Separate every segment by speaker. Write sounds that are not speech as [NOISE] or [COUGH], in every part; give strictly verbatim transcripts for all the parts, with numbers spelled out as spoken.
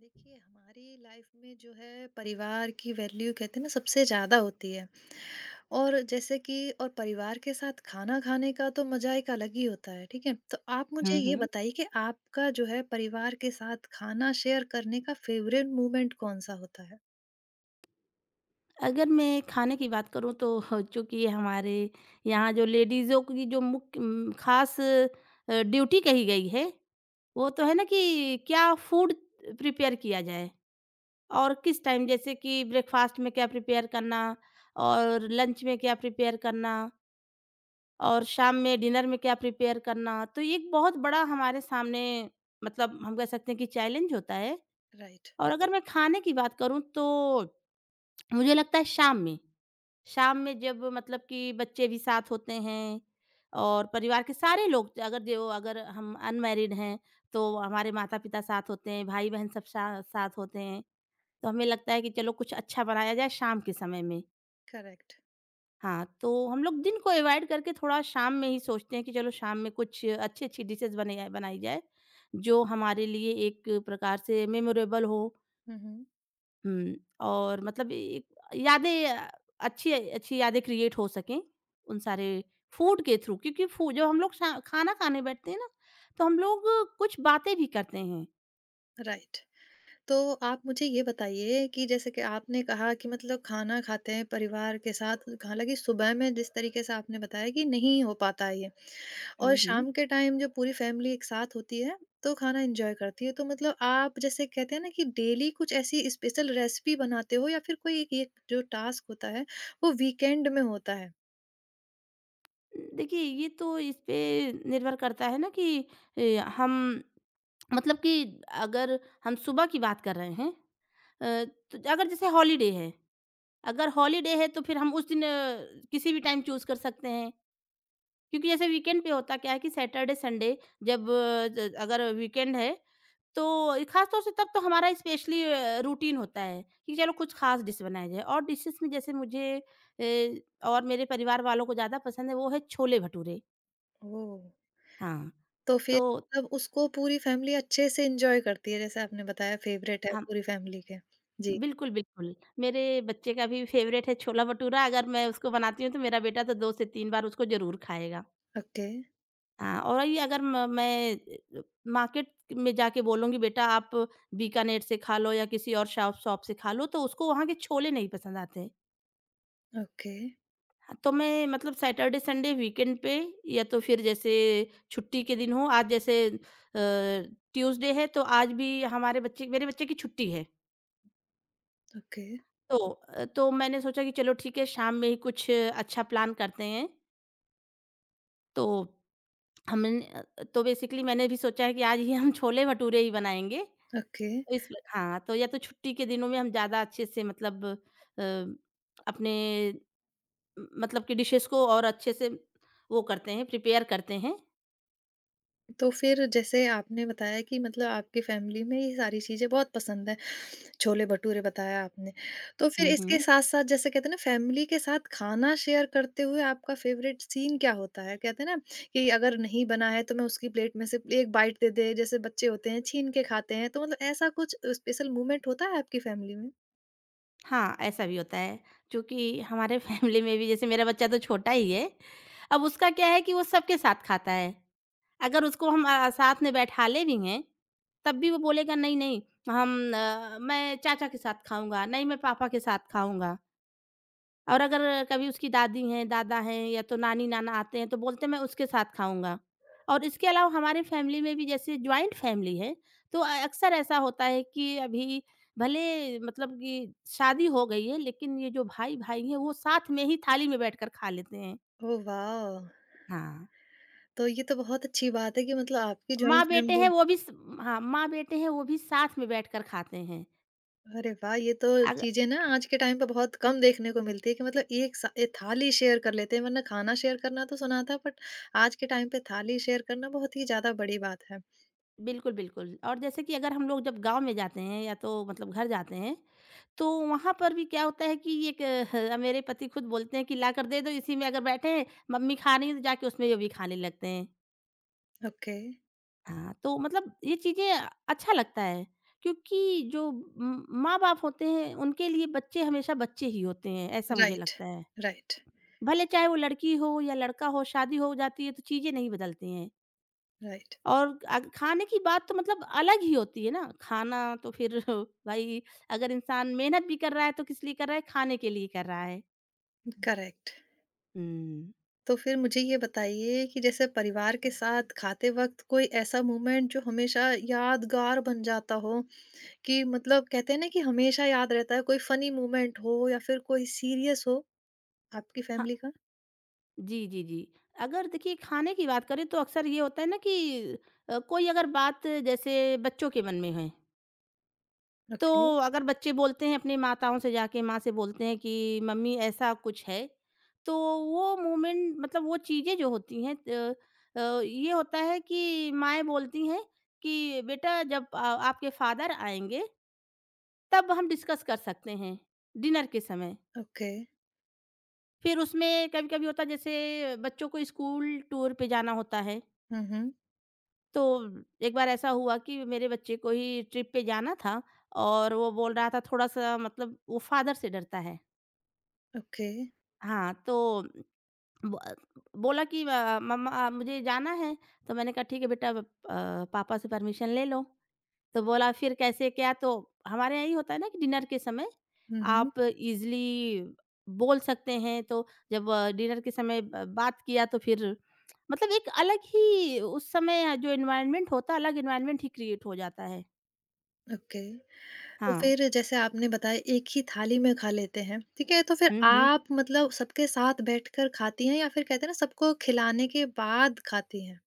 Speaker 1: देखिए, हमारी लाइफ में जो है परिवार की वैल्यू कहते हैं ना सबसे ज़्यादा होती है। और जैसे कि और परिवार के साथ खाना खाने का तो मज़ा एक अलग ही होता है, ठीक है? तो आप मुझे
Speaker 2: हुँ,
Speaker 1: ये
Speaker 2: हुँ।
Speaker 1: बताइए कि आपका जो है परिवार के साथ खाना शेयर करने का फ़ेवरेट मोमेंट कौन-सा होता है?
Speaker 2: अगर मैं खाने की बात करूँ तो [LAUGHS] चूँकि हमारे यहाँ जो लेडीज़ों की जो मुख्य उम, ख़ास अ, ड्यूटी कही गई है, वो तो है ना कि क्या फूड प्रिपेयर किया जाए और किस टाइम जैसे कि ब्रेकफ़ास्ट में क्या प्रिपेयर करना और लंच में क्या प्रिपेयर करना और शाम में डिनर में क्या प्रिपेयर करना। तो ये एक बहुत बड़ा हमारे सामने मतलब हम कह सकते हैं कि चैलेंज होता है।
Speaker 1: राइट।
Speaker 2: और अगर मैं खाने की बात करूँ तो मुझे लगता है शाम में। शाम में जब मतलब कि बच्चे भी साथ होते हैं और परिवार के सारे लोग अगर जो अगर हम अनमैरिड हैं तो हमारे माता पिता साथ होते हैं, भाई बहन सब सा, साथ होते हैं। तो हमें लगता है कि चलो कुछ अच्छा बनाया जाए शाम के समय में।
Speaker 1: करेक्ट।
Speaker 2: हाँ, तो हम लोग दिन को अवॉइड करके थोड़ा शाम में ही सोचते हैं कि चलो शाम में कुछ अच्छी अच्छी डिशेज बने बनाई जाए, जो हमारे लिए एक प्रकार से मेमोरेबल हो।
Speaker 1: हुँ, हुँ।
Speaker 2: हुँ, और मतलब एक यादें अ, अच्छी अच्छी यादें क्रिएट हो सकें, उन सारे फूड के थ्रू क्योंकि फू जब हम लोग शा खाना खाने बैठते हैं ना, तो हम लोग कुछ बातें भी करते हैं।
Speaker 1: राइट। तो आप मुझे ये बताइए कि जैसे कि आपने कहा कि मतलब खाना खाते हैं परिवार के साथ, हालाँकि सुबह में जिस तरीके से आपने बताया कि नहीं हो पाता है ये। और
Speaker 2: हुँ, हुँ।
Speaker 1: शाम के टाइम जब पूरी फैमिली एक साथ होती है, तो खाना एन्जॉय करती है। तो मतलब आप जैसे कहते हैं ना कि डेली कुछ ऐसी स्पेशल रेसिपी बनाते हो, या फिर कोई एक ये जो टास्क होता है, वो वीकेंड में होता है?
Speaker 2: देखिए, ये तो इस पे निर्भर करता है ना कि ए, हम मतलब कि अगर हम सुबह की बात कर रहे हैं, अ, तो अगर जैसे हॉलिडे है, अगर हॉलिडे है तो फिर हम उस दिन अ, किसी भी टाइम चूज़ कर सकते हैं। क्योंकि जैसे वीकेंड पे होता क्या है कि सैटरडे संडे जब अ, ज- अगर वीकेंड है तो खास तौर से तब तो हमारा स्पेशली रूटीन होता है कि चलो कुछ खास डिश बनाया जाए। और डिशेस में जैसे मुझे ए, और मेरे परिवार वालों को ज़्यादा पसंद है वो है छोले भटूरे।
Speaker 1: ओह!
Speaker 2: हाँ,
Speaker 1: तो
Speaker 2: तो
Speaker 1: फिर मतलब उसको पूरी फैमिली अच्छे से एन्जॉय करती है, जैसे आपने बताया फेवरेट है
Speaker 2: हम
Speaker 1: पूरी फैमिली के। जी।
Speaker 2: बिल्कुल बिल्कुल, मेरे बच्चे का भी फेवरेट है छोला भटूरा। अगर मैं उसको बनाती हूँ तो मेरा बेटा तो दो से तीन बार उसको जरूर खाएगा।
Speaker 1: ओके,
Speaker 2: हाँ, और ये अगर म मैं अ, मार्केट में जाके बोलूँगी बेटा आप बीकानेर से खा लो या किसी और शॉप शॉप से खा लो तो उसको वहाँ के छोले नहीं पसंद आते हैं।
Speaker 1: ओके,
Speaker 2: तो मैं मतलब सैटरडे संडे वीकेंड पे या तो फिर जैसे छुट्टी के दिन हो, आज जैसे अ, ट्यूसडे है तो आज भी हमारे बच्चे मेरे बच्चे की छुट्टी है।
Speaker 1: ओके,
Speaker 2: तो अ, तो मैंने सोचा कि चलो ठीक है शाम में ही कुछ अ, अच्छा प्लान करते हैं। तो हमन अ, तो बेसिकली मैंने भी सोचा है कि आज ही हम छोले भटूरे ही बनाएँगे। तो
Speaker 1: ओके।
Speaker 2: इस हाँ, तो या तो छुट्टी के दिनों में हम ज़्यादा अच्छे से मतलब अ, अपने म- मतलब कि डिशेज़ को और अच्छे से वो करते हैं, प्रिपेयर करते हैं।
Speaker 1: तो फिर जैसे आपने बताया कि मतलब आपकी फैमिली में ये सारी चीज़ें बहुत पसंद है। छोले-भटूरे बताया आपने। तो फिर
Speaker 2: हुँ,
Speaker 1: इसके
Speaker 2: हुँ।
Speaker 1: साथ-साथ जैसे कहते हैं ना, फैमिली के साथ खाना शेयर करते हुए आपका फ़ेवरेट सीन क्या होता है? कहते हैं ना कि अगर नहीं बना है तो मैं उसकी प्लेट में से एक बाइट दे दे, जैसे बच्चे होते हैं छीन के खाते हैं, तो मतलब ऐसा कुछ स्पेशल मोमेंट होता है आपकी फैमिली में?
Speaker 2: हाँ, ऐसा भी होता है, क्योंकि हमारे [LAUGHS] फैमिली में भी जैसे मेरा बच्चा तो छोटा ही है, अब उसका क्या है कि वो सबके साथ खाता है। अगर उसको हम अ, साथ में बैठा ले भी हैं, तब भी वो बोलेगा नहीं, नहीं, हम अ, मैं चाचा के साथ खाऊँगा, नहीं मैं पापा के साथ खाऊँगा। और अगर कभी उसकी दादी हैं, दादा हैं या तो नानी-नाना आते हैं तो बोलते हैं मैं उसके साथ खाऊँगा। और इसके अलावा हमारे फैमिली में भी जैसे जॉइंट फैमिली है, तो अ, अक्सर ऐसा होता है कि अभी भले मतलब कि शादी हो गई है लेकिन ये जो भाई-भाई हैं वो साथ में ही थाली में बैठकर खा लेते हैं।
Speaker 1: ओह वाह!
Speaker 2: हाँ।
Speaker 1: तो ये तो बहुत अच्छी बात है कि मतलब आपकी जॉइंट
Speaker 2: माँ-बेटे
Speaker 1: फैमिली।
Speaker 2: हैं वो भी स हाँ, माँ-बेटे हैं वो भी साथ में बैठकर खाते हैं।
Speaker 1: अरे वाह! ये तो
Speaker 2: अग
Speaker 1: चीज़ें ना आज के टाइम पे बहुत कम देखने को मिलती है कि मतलब एक सा ए थाली शेयर कर लेते हैं, वरना खाना शेयर करना तो सुना था, बट आज के टाइम पे थाली शेयर करना बहुत ही ज़्यादा बड़ी बात है।
Speaker 2: बिल्कुल, बिल्कुल, और जैसे कि अगर हम लोग जब गाँव में जाते हैं या तो मतलब घर जाते हैं तो वहाँ पर भी क्या होता है कि ये एक अ, मेरे पति खुद बोलते हैं कि लाकर दे दो, इसी में अगर बैठे हैं, मम्मी खा रही है तो जाके उसमें वो भी खाने लगते हैं।
Speaker 1: ओके।
Speaker 2: हाँ, तो मतलब ये चीज़ें अच्छा लगता है, क्योंकि जो म माँ-बाप होते हैं उनके लिए बच्चे हमेशा बच्चे ही होते हैं, ऐसा मुझे
Speaker 1: राइट,
Speaker 2: लगता है।
Speaker 1: राइट,
Speaker 2: भले चाहे वो लड़की हो या लड़का हो, शादी हो जाती है तो चीज़ें नहीं बदलती हैं।
Speaker 1: राइट।
Speaker 2: और अग खाने की बात तो मतलब अलग ही होती है ना, खाना तो फिर [LAUGHS] भाई अगर इंसान मेहनत भी कर रहा है तो किस लिए कर रहा है? खाने के लिए कर रहा है।
Speaker 1: करेक्ट।
Speaker 2: हुँ।
Speaker 1: तो फिर मुझे ये बताइए कि जैसे परिवार के साथ खाते वक़्त कोई ऐसा मोमेंट जो हमेशा यादगार बन जाता हो, कि मतलब कहते हैं ना कि हमेशा याद रहता है, कोई फ़नी मोमेंट हो या फिर कोई सीरियस हो, आपकी
Speaker 2: हाँ,
Speaker 1: फैमिली का?
Speaker 2: जी, जी, जी। अगर देखिए खाने की बात करें तो अक्सर ये होता है ना कि अ, कोई अगर बात जैसे बच्चों के मन में है, तो
Speaker 1: ओके,
Speaker 2: अगर बच्चे बोलते हैं अपनी माताओं से जाके माँ से बोलते हैं कि मम्मी ऐसा कुछ है, तो वो मोमेंट मतलब वो चीज़ें जो होती हैं त अ, ये होता है कि माँएँ बोलती हैं कि बेटा जब अ, आपके फादर आएँगे, तब हम डिस्कस कर सकते हैं, डिनर के समय।
Speaker 1: ओके।
Speaker 2: फिर उसमें कभी-कभी होता है जैसे बच्चों को स्कूल टूर पे जाना होता है,
Speaker 1: हुँ, हुँ।
Speaker 2: तो एक बार ऐसा हुआ कि मेरे बच्चे को ही ट्रिप पे जाना था और वो बोल रहा था थोड़ा-सा मतलब वो फ़ादर से डरता है।
Speaker 1: ओके।
Speaker 2: हाँ, तो ब बोला कि अ, मम्मा आ, मुझे जाना है, तो मैंने कहा ठीक है बेटा अ, पापा से परमिशन ले लो। तो बोला फिर कैसे क्या, तो हमारे यहाँ यही होता है ना कि डिनर के समय
Speaker 1: हुँ, हुँ।
Speaker 2: आप इजली बोल सकते हैं। तो जब डिनर के समय ब- बात किया तो फिर मतलब एक अलग ही उस समय जो एनवायरनमेंट होता है अलग एनवायरनमेंट ही क्रिएट हो जाता है।
Speaker 1: ओके। तो
Speaker 2: हाँ।
Speaker 1: फिर जैसे आपने बताया एक ही थाली में खा लेते हैं, ठीक है? तो फिर
Speaker 2: हम्म हम्म।
Speaker 1: आप मतलब सबके साथ बैठकर खाती हैं, या फिर कहते हैं ना सबको खिलाने के बाद खाती हैं?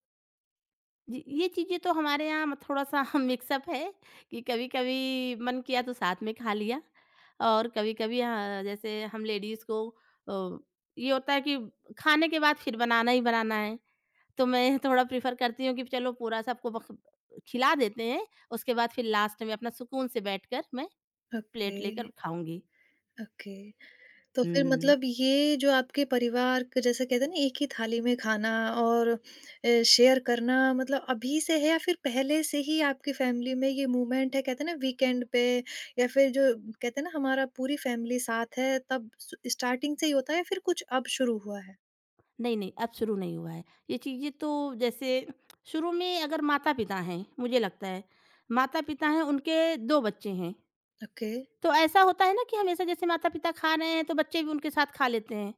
Speaker 2: जी, ये चीजें तो हमारे यहाँ म- थोड़ा सा [LAUGHS] मिक्सअप है कि कभी कभी मन किया तो साथ में खा लिया, और कभी कभी हाँ, जैसे हम लेडीज को अ, ये होता है कि खाने के बाद फिर बनाना ही बनाना है, तो मैं थोड़ा प्रेफ़र करती हूँ कि चलो पूरा सबको बख खिला देते हैं, उसके बाद फिर लास्ट में अपना सुकून से बैठकर मैं
Speaker 1: ओके,
Speaker 2: प्लेट लेकर खाऊँगी।
Speaker 1: ओके। तो फिर
Speaker 2: हुँ।
Speaker 1: मतलब ये जो आपके परिवार क जैसे कहते हैं ना एक ही थाली में खाना और अ, शेयर करना मतलब अभी से है, या फिर पहले से ही आपकी फैमिली में ये मूवमेंट है, कहते हैं ना वीकेंड पे, या फिर जो कहते हैं ना हमारा पूरी फैमिली साथ है, तब स स्टार्टिंग से ही होता है, या फिर कुछ अब शुरू हुआ है?
Speaker 2: नहीं, नहीं, अब शुरू नहीं हुआ है। ये चीज़ें तो जैसे शुरू में अगर माता-पिता हैं, मुझे लगता है, माता-पिता हैं, उनके दो बच्चे हैं,
Speaker 1: ओके,
Speaker 2: तो ऐसा होता है ना कि हमेशा जैसे माता-पिता खा रहे हैं, तो बच्चे भी उनके साथ खा लेते हैं,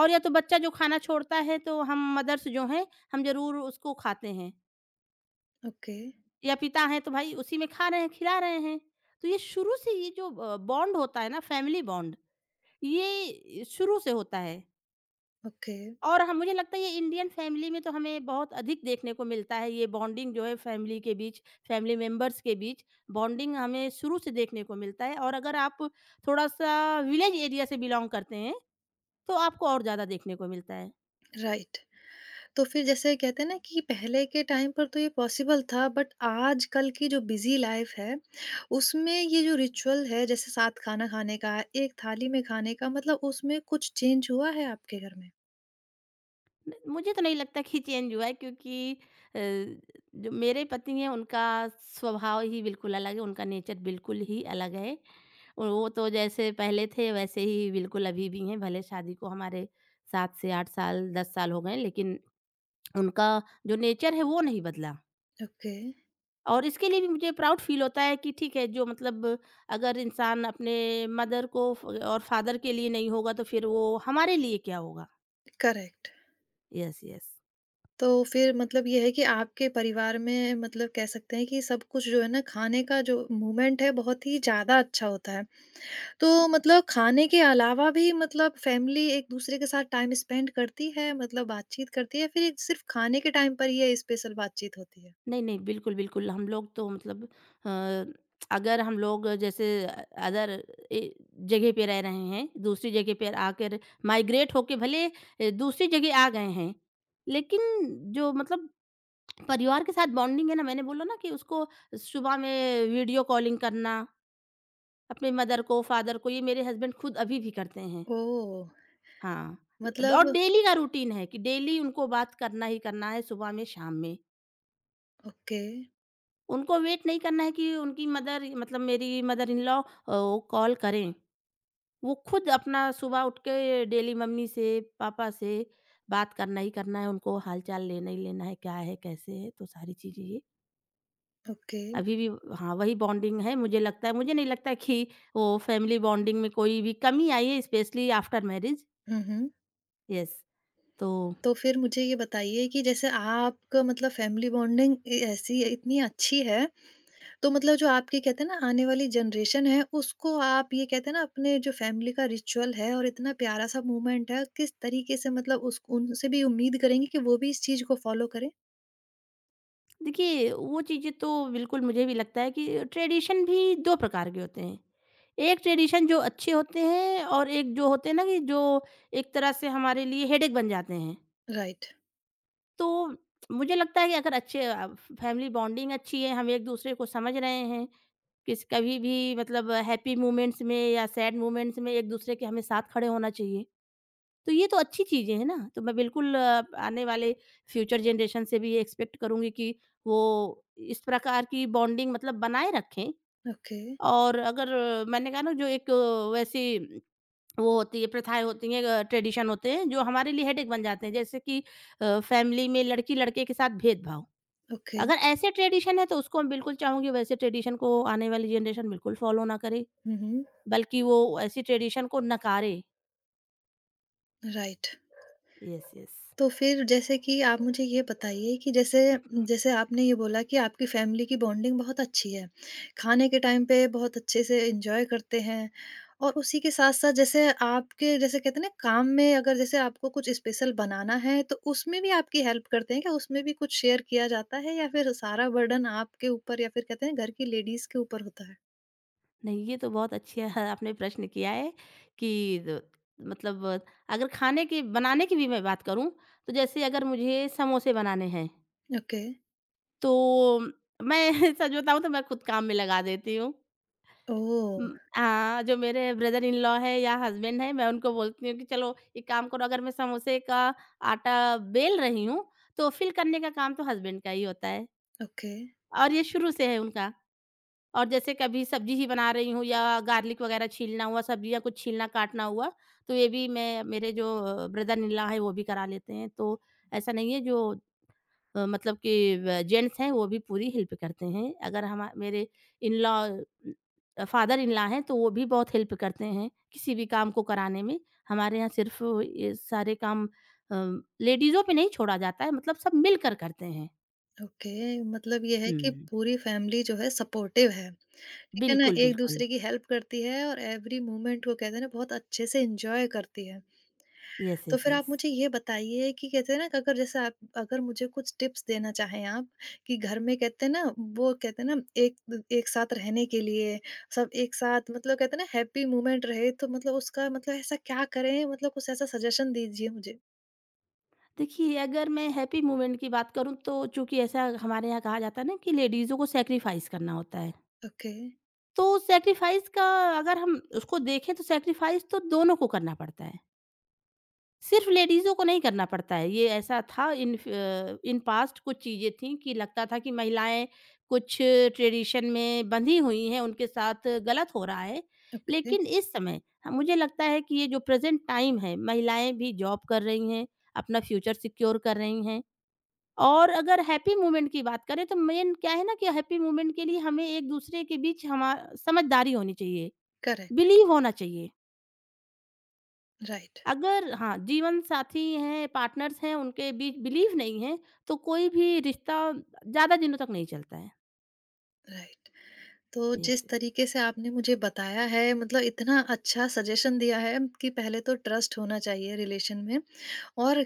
Speaker 2: और या तो बच्चा जो खाना छोड़ता है, तो हम मदर्स जो हैं, हम ज़रूर उसको खाते हैं।
Speaker 1: ओके,
Speaker 2: या पिता हैं तो भाई उसी में खा रहे हैं, खिला रहे हैं। तो ये शुरू से ये जो अ, बॉन्ड होता है ना फैमिली बॉन्ड, ये शुरू से होता है।
Speaker 1: ओके।
Speaker 2: और हम मुझे लगता है ये इंडियन फैमिली में तो हमें बहुत अधिक देखने को मिलता है। ये बॉन्डिंग जो है फैमिली के बीच, फैमिली मेंबर्स के बीच बॉन्डिंग हमें शुरू से देखने को मिलता है, और अगर आप थोड़ा-सा विलेज एरिया से बिलॉन्ग करते हैं, तो आपको और ज़्यादा देखने को मिलता है।
Speaker 1: राइट। तो फिर जैसे कहते हैं ना कि पहले के टाइम पर तो ये पॉसिबल था, बट आजकल की जो बिजी लाइफ है, उसमें ये जो रिचुअल है जैसे साथ खाना खाने का, एक थाली में खाने का, मतलब उसमें कुछ चेंज हुआ है आपके घर में?
Speaker 2: मुझे तो नहीं लगता कि चेंज हुआ है क्योंकि अ, जो मेरे पति हैं उनका स्वभाव ही बिल्कुल अलग है, उनका नेचर बिल्कुल ही अलग है। और वो तो जैसे पहले थे वैसे ही बिल्कुल अभी भी हैं, भले शादी को हमारे सात से आठ साल, दस साल हो गए हैं, लेकिन उनका जो नेचर है वो नहीं बदला।
Speaker 1: ओके।
Speaker 2: और इसके लिए भी मुझे प्राउड फील होता है कि ठीक है जो मतलब अगर इंसान अपने मदर को फ और फादर के लिए नहीं होगा तो फिर वो हमारे लिए क्या होगा?
Speaker 1: करेक्ट।
Speaker 2: Yes, yes.
Speaker 1: तो फिर मतलब ये है कि आपके परिवार में मतलब कह सकते हैं कि सब कुछ जो है ना खाने का जो मूवमेंट है बहुत ही ज़्यादा अच्छा होता है। तो मतलब खाने के अलावा भी मतलब फैमिली एक-दूसरे के साथ टाइम स्पेंड करती है, मतलब बातचीत करती है, या फिर ये सिर्फ़ खाने के टाइम पर ही ये स्पेशल बातचीत होती है?
Speaker 2: नहीं, नहीं, बिल्कुल, बिल्कुल, हम लोग तो मतलब अ, अगर हम लोग जैसे अदर ए जगह पे रह रहे हैं, दूसरी जगह पे आकर माइग्रेट होके भले अ, दूसरी जगह आ गए हैं, लेकिन जो मतलब परिवार के साथ बॉन्डिंग है ना, मैंने बोला ना कि उसको सुबह में वीडियो कॉलिंग करना, अपने मदर को, फादर को, ये मेरे हस्बैंड खुद अभी भी करते हैं।
Speaker 1: ओह!
Speaker 2: हाँ,
Speaker 1: मतलब।
Speaker 2: और डेली का रूटीन है कि डेली उनको बात करना ही करना है सुबह में, शाम में।
Speaker 1: ओके,
Speaker 2: उनको वेट नहीं करना है कि उनकी मदर मतलब मेरी मदर इन लॉ अ, वो कॉल करें। वो खुद अपना सुबह उठ के डेली मम्मी से, पापा से बात करना ही करना है, उनको हाल-चाल लेना ही लेना है, क्या है, कैसे है, तो सारी चीज़ें ये
Speaker 1: ओके।
Speaker 2: अभी भी हाँ, वही बॉन्डिंग है। मुझे लगता है मुझे नहीं लगता कि वो फैमिली बॉन्डिंग में कोई भी कमी आई है स्पेशली आफ्टर मैरिज।
Speaker 1: हुँ, हुँ।
Speaker 2: येस, तो
Speaker 1: तो फिर मुझे ये बताइए कि जैसे आपका मतलब फैमिली बॉन्डिंग ए ऐसी इतनी अच्छी है, तो मतलब जो आपके कहते हैं ना आने वाली जनरेशन है, उसको आप ये कहते हैं ना अपने जो फैमिली का रिचुअल है और इतना प्यारा-सा मूवमेंट है, किस तरीके से मतलब उस उनसे भी उम्मीद करेंगे कि वो भी इस चीज़ को फ़ॉलो करें?
Speaker 2: देखिए, वो चीज़ें तो बिल्कुल मुझे भी लगता है कि ट्रेडिशन भी दो प्रकार के होते हैं। एक ट्रेडिशन जो अच्छे होते हैं और एक जो होते हैं ना कि जो एक तरह से हमारे लिए हेडेक बन जाते हैं।
Speaker 1: राइट।
Speaker 2: तो मुझे लगता है कि अगर अच्छे अ, फैमिली बॉन्डिंग अच्छी है, हम एक-दूसरे को समझ रहे हैं, किस कभी भी मतलब हैप्पी मोमेंट्स में या सैड मोमेंट्स में एक-दूसरे के हमें साथ खड़े होना चाहिए। तो ये तो अच्छी चीज़ें हैं ना, तो मैं बिल्कुल अ, आने वाले फ्यूचर जनरेशन से भी ये एक्सपेक्ट करूँगी कि वो इस प्रकार की बॉन्डिंग मतलब बनाए रखें।
Speaker 1: ओके,
Speaker 2: और अगर अ, मैंने कहा ना जो एक अ, वैसी वो होती है, प्रथाएँ होती हैं, अ, ट्रेडिशन होते हैं जो हमारे लिए हेडेक बन जाते हैं, जैसे कि अ, फैमिली में लड़की-लड़के के साथ भेदभाव।
Speaker 1: ओके।
Speaker 2: अगर ऐसे ट्रेडिशन है तो उसको मैं बिल्कुल चाहूँगी वैसे ट्रेडिशन को आने वाली जनरेशन बिल्कुल फ़ॉलो ना करे,
Speaker 1: हुँ, हुँ।
Speaker 2: बल्कि वो ऐसी ट्रेडिशन को नकारे।
Speaker 1: राइट।
Speaker 2: Yes, yes.
Speaker 1: तो फिर जैसे कि आप मुझे ये बताइए कि जैसे, जैसे आपने ये बोला कि आपकी फैमिली की बॉन्डिंग बहुत अच्छी है। खाने के टाइम पे बहुत अच्छे से एन्जॉय करते हैं, और उसी के साथ-साथ जैसे आपके जैसे कहते हैं ना, काम में अगर जैसे आपको कुछ स्पेशल बनाना है तो उसमें भी आपकी हेल्प करते हैं क्या? उसमें भी कुछ शेयर किया जाता है, या फिर सारा बर्डन आपके ऊपर, या फिर कहते हैं घर की लेडीज़ के ऊपर होता है?
Speaker 2: नहीं, ये तो बहुत अच्छी है, आपने प्रश्न किया है कि द मतलब अगर खाने की बनाने की भी मैं बात करूँ, तो जैसे अगर मुझे समोसे बनाने हैं,
Speaker 1: ओके।
Speaker 2: तो मैं [LAUGHS] सच बताऊँ तो मैं खुद काम में लगा देती हूँ। उम,
Speaker 1: ओह!
Speaker 2: हाँ, जो मेरे ब्रदर इन लॉ है या हस्बैंड हैं, मैं उनको बोलती हूँ कि चलो एक काम करो, अगर मैं समोसे का आटा बेल रही हूँ, तो फिल करने का काम तो हस्बैंड का ही होता है,
Speaker 1: ओके,
Speaker 2: और ये शुरू से है उनका। और जैसे कभी सब्जी ही बना रही हूँ या गार्लिक वगैरह छीलना हुआ, सब्जी या कुछ छीलना काटना हुआ, तो ये भी मैं मेरे जो अ, ब्रदर-इन-लॉ हैं वो भी करा लेते हैं। तो ऐसा नहीं है जो अ, मतलब कि व जेंट्स हैं वो भी पूरी हेल्प करते हैं। अगर हमा मेरे इन-लॉ अ, फादर-इन-लॉ हैं तो वो भी बहुत हेल्प करते हैं, किसी भी काम को कराने में। हमारे यहाँ सिर्फ़ ये सारे काम अ, लेडीज़ों पे नहीं छोड़ा जाता है, मतलब सब मिलकर करते हैं।
Speaker 1: ओके। मतलब ये है कि
Speaker 2: हुँ।
Speaker 1: पूरी फैमिली जो है सपोर्टिव है। ठीक है ना?
Speaker 2: बिल्कुल, बिल्कुल।
Speaker 1: एक-दूसरे की हेल्प करती है और एवरी मोमेंट को कहते हैं ना बहुत अच्छे से एन्जॉय करती है।
Speaker 2: यस,
Speaker 1: तो
Speaker 2: यस,
Speaker 1: फिर आप
Speaker 2: यस।
Speaker 1: मुझे ये बताइए कि कहते हैं ना कि अगर जैसे आप अगर मुझे कुछ टिप्स देना चाहें आप, कि घर में कहते हैं ना, वो कहते हैं ना एक द एक साथ रहने के लिए, सब एक साथ मतलब कहते हैं ना हैप्पी मोमेंट रहे, तो मतलब उसका मतलब ऐसा क्या करें? मतलब कुछ ऐसा सजेशन दीजिए मुझे।
Speaker 2: देखिए, अगर मैं हैप्पी मोमेंट की बात करूँ तो चूँकि ऐसा हमारे यहाँ कहा जाता है ना कि लेडीज़ों को सैक्रिफाइस करना होता है।
Speaker 1: ओके,
Speaker 2: तो सैक्रिफाइस का अगर हम उसको देखें तो सैक्रिफाइस तो दोनों को करना पड़ता है। सिर्फ़ लेडीज़ों को नहीं करना पड़ता है, ये ऐसा था इन फ अ, इन पास्ट कुछ चीज़ें थीं कि लगता था कि महिलाएँ कुछ ट्रेडिशन में बंधी हुई हैं, उनके साथ गलत हो रहा है।
Speaker 1: ओके।
Speaker 2: लेकिन इस समय ह मुझे लगता है कि ये जो प्रेज़ेंट टाइम है, महिलाएँ भी जॉब कर रही हैं, अपना फ्यूचर सिक्योर कर रही हैं। और अगर हैप्पी मोमेंट की बात करें तो मेन क्या है ना कि हैप्पी मोमेंट के लिए हमें एक-दूसरे के बीच हमा समझदारी होनी चाहिए,
Speaker 1: करेक्ट।
Speaker 2: बिलीव होना चाहिए।
Speaker 1: राइट,
Speaker 2: अगर हाँ, जीवन साथी हैं, पार्टनर्स हैं, उनके बीच बिलीव नहीं है, तो कोई भी रिश्ता ज़्यादा दिनों तक नहीं चलता है।
Speaker 1: राइट। तो जिस
Speaker 2: यस,
Speaker 1: तरीके से आपने मुझे बताया है, मतलब इतना अच्छा सजेशन दिया है कि पहले तो ट्रस्ट होना चाहिए रिलेशन में, और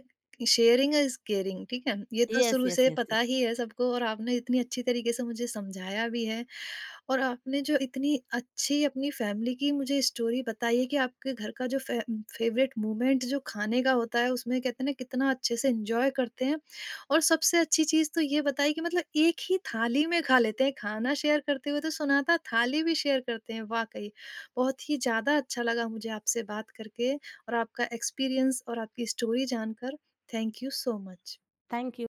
Speaker 1: शेयरिंग इज केयरिंग, ठीक है, ये तो
Speaker 2: यस,
Speaker 1: शुरू
Speaker 2: यस, यस,
Speaker 1: से
Speaker 2: यस,
Speaker 1: पता
Speaker 2: यस।
Speaker 1: ही है सबको, और आपने इतनी अच्छी तरीके से मुझे समझाया भी है। और आपने जो इतनी अच्छी अपनी फैमिली की मुझे स्टोरी बताई है कि आपके घर का जो फे, फेवरेट मोमेंट जो खाने का होता है, उसमें कहते हैं ना कितना अच्छे से एंजॉय करते हैं, और सबसे अच्छी चीज़ तो ये बताई कि मतलब एक ही थाली में खा लेते हैं, खाना शेयर करते हुए तो सुनाता, थाली भी शेयर करते हैं, वाकई बहुत ही ज़्यादा अच्छा लगा मुझे आपसे बात करके और आपका एक्सपीरियंस और आपकी स्टोरी जानकर। Thank you so much.
Speaker 2: Thank you.